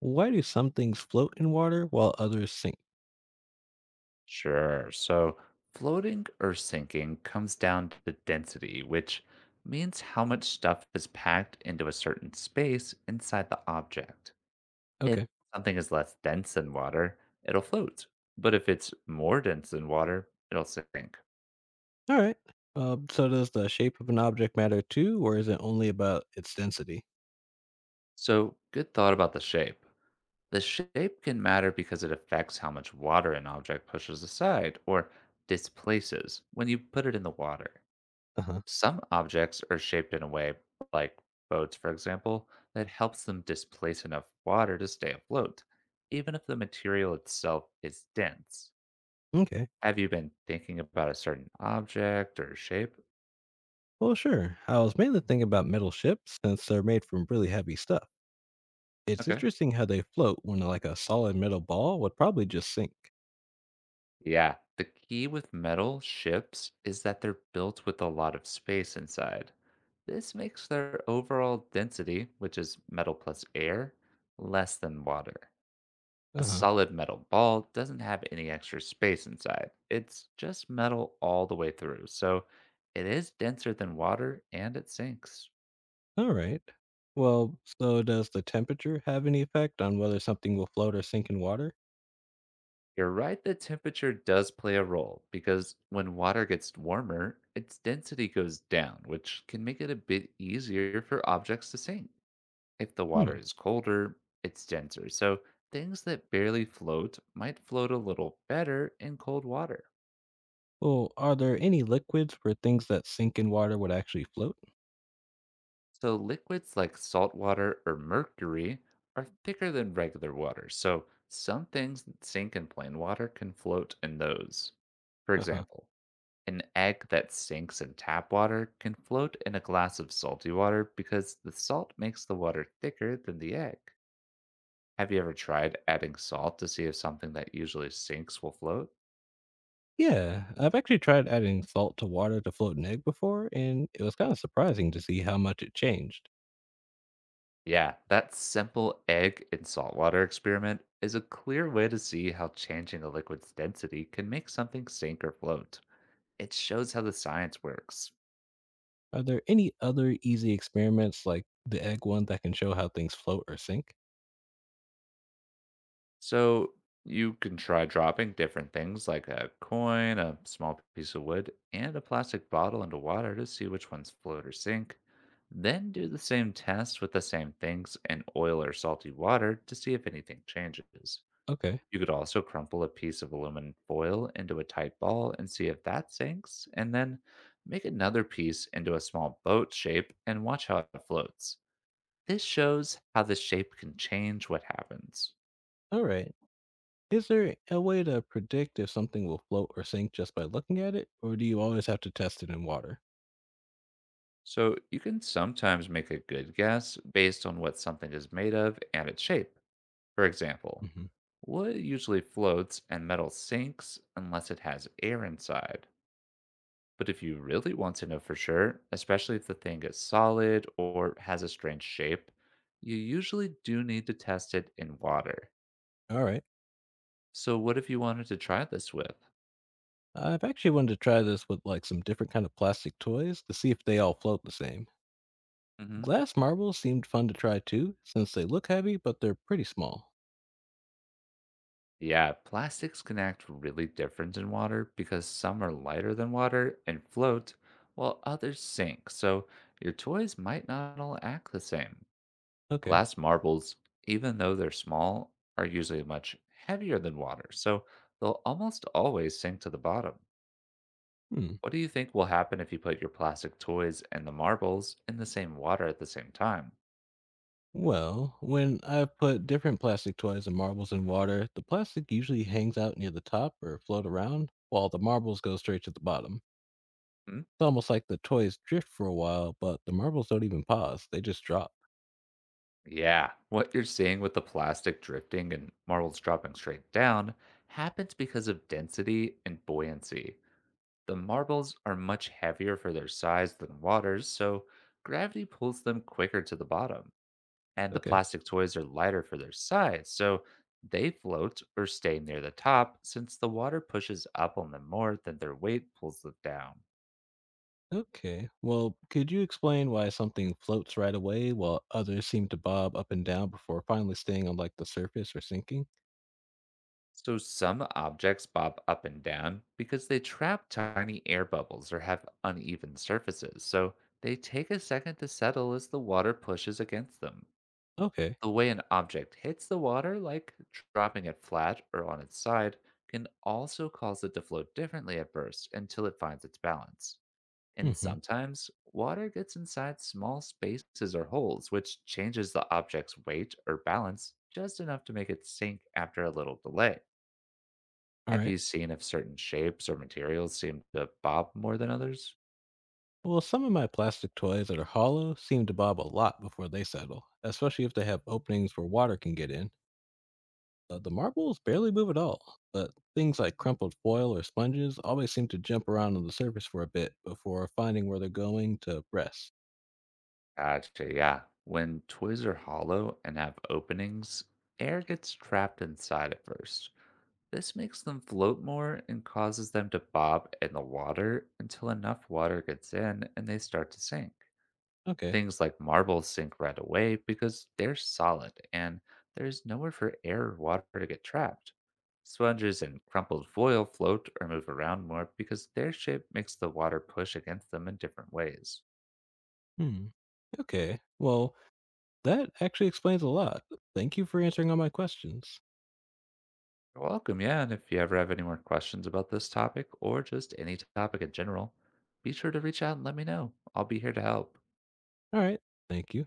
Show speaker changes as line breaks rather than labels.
Why do some things float in water while others sink?
Sure. So floating or sinking comes down to the density, which means how much stuff is packed into a certain space inside the object. If
Okay.
something is less dense than water, it'll float. But if it's more dense than water, it'll sink.
All right. So does the shape of an object matter too, or is it only about its density?
So good thought about the shape. The shape can matter because it affects how much water an object pushes aside or displaces when you put it in the water.
Uh huh.
Some objects are shaped in a way, like boats, for example, that helps them displace enough water to stay afloat, even if the material itself is dense.
Okay.
Have you been thinking about a certain object or shape?
Well, sure. I was mainly thinking about metal ships since they're made from really heavy stuff. It's
Okay.
interesting how they float when like a solid metal ball would probably just sink.
Yeah. The key with metal ships is that they're built with a lot of space inside. This makes their overall density, which is metal plus air, less than water.
Uh
A
huh.
solid metal ball doesn't have any extra space inside. It's just metal all the way through. So it is denser than water and it sinks.
All right. Well, so does the temperature have any effect on whether something will float or sink in water?
You're right that temperature does play a role because when water gets warmer, its density goes down, which can make it a bit easier for objects to sink. If the water
Hmm.
is colder, it's denser. So things that barely float might float a little better in cold water.
Well, are there any liquids where things that sink in water would actually float?
So, liquids like salt water or mercury are thicker than regular water. So, some things that sink in plain water can float in those. For
Uh huh.
example, an egg that sinks in tap water can float in a glass of salty water because the salt makes the water thicker than the egg. Have you ever tried adding salt to see if something that usually sinks will float?
Yeah, I've actually tried adding salt to water to float an egg before, and it was kind of surprising to see how much it changed.
Yeah, that simple egg and saltwater experiment is a clear way to see how changing a liquid's density can make something sink or float. It shows how the science works.
Are there any other easy experiments like the egg one that can show how things float or sink?
So, you can try dropping different things like a coin, a small piece of wood, and a plastic bottle into water to see which ones float or sink. Then do the same test with the same things in oil or salty water to see if anything changes.
Okay,
You could also crumple a piece of aluminum foil into a tight ball and see if that sinks, and then make another piece into a small boat shape and watch how it floats. This shows how the shape can change what happens.
all right. Is there a way to predict if something will float or sink just by looking at it, or do you always have to test it in water?
So you can sometimes make a good guess based on what something is made of and its shape. For example,
Hmm.
wood usually floats and metal sinks unless it has air inside. But if you really want to know for sure, especially if the thing is solid or has a strange shape, you usually do need to test it in water.
All right.
So, what if you wanted to try this with?
I've actually wanted to try this with like some different kind of plastic toys to see if they all float the same.
hmm
Glass marbles seemed fun to try too, since they look heavy but they're pretty small.
Yeah, plastics can act really different in water because some are lighter than water and float, while others sink. So your toys might not all act the same.
Okay.
Glass marbles, even though they're small, are usually much heavier than water, so they'll almost always sink to the bottom.
Hmm.
What do you think will happen if you put your plastic toys and the marbles in the same water at the same time?
Well, when I put different plastic toys and marbles in water, the plastic usually hangs out near the top or float around, while the marbles go straight to the bottom.
Hmm?
It's almost like the toys drift for a while, but the marbles don't even pause, they just drop.
Yeah, what you're seeing with the plastic drifting and marbles dropping straight down happens because of density and buoyancy. The marbles are much heavier for their size than waters, so gravity pulls them quicker to the bottom. And the
Okay.
plastic toys are lighter for their size, so they float or stay near the top since the water pushes up on them more than their weight pulls them down.
Okay. Well, could you explain why something floats right away while others seem to bob up and down before finally staying on like the surface or sinking?
So, some objects bob up and down because they trap tiny air bubbles or have uneven surfaces, so they take a second to settle as the water pushes against them.
Okay.
The way an object hits the water, like dropping it flat or on its side, can also cause it to float differently at first until it finds its balance. And
Mhm.
sometimes water gets inside small spaces or holes, which changes the object's weight or balance just enough to make it sink after a little delay.
All
Have
right.
you seen if certain shapes or materials seem to bob more than others?
Well, some of my plastic toys that are hollow seem to bob a lot before they settle, especially if they have openings where water can get in. The marbles barely move at all, but things like crumpled foil or sponges always seem to jump around on the surface for a bit before finding where they're going to rest.
Gotcha, yeah. When toys are hollow and have openings, air gets trapped inside at first. This makes them float more and causes them to bob in the water until enough water gets in and they start to sink.
Okay.
Things like marble sink right away because they're solid and there's nowhere for air or water to get trapped. Sponges and crumpled foil float or move around more because their shape makes the water push against them in different ways.
Hmm. Okay. Well, that actually explains a lot. Thank you for answering all my questions.
You're welcome, yeah, and if you ever have any more questions about this topic or just any topic in general, be sure to reach out and let me know. I'll be here to help.
All right. Thank you.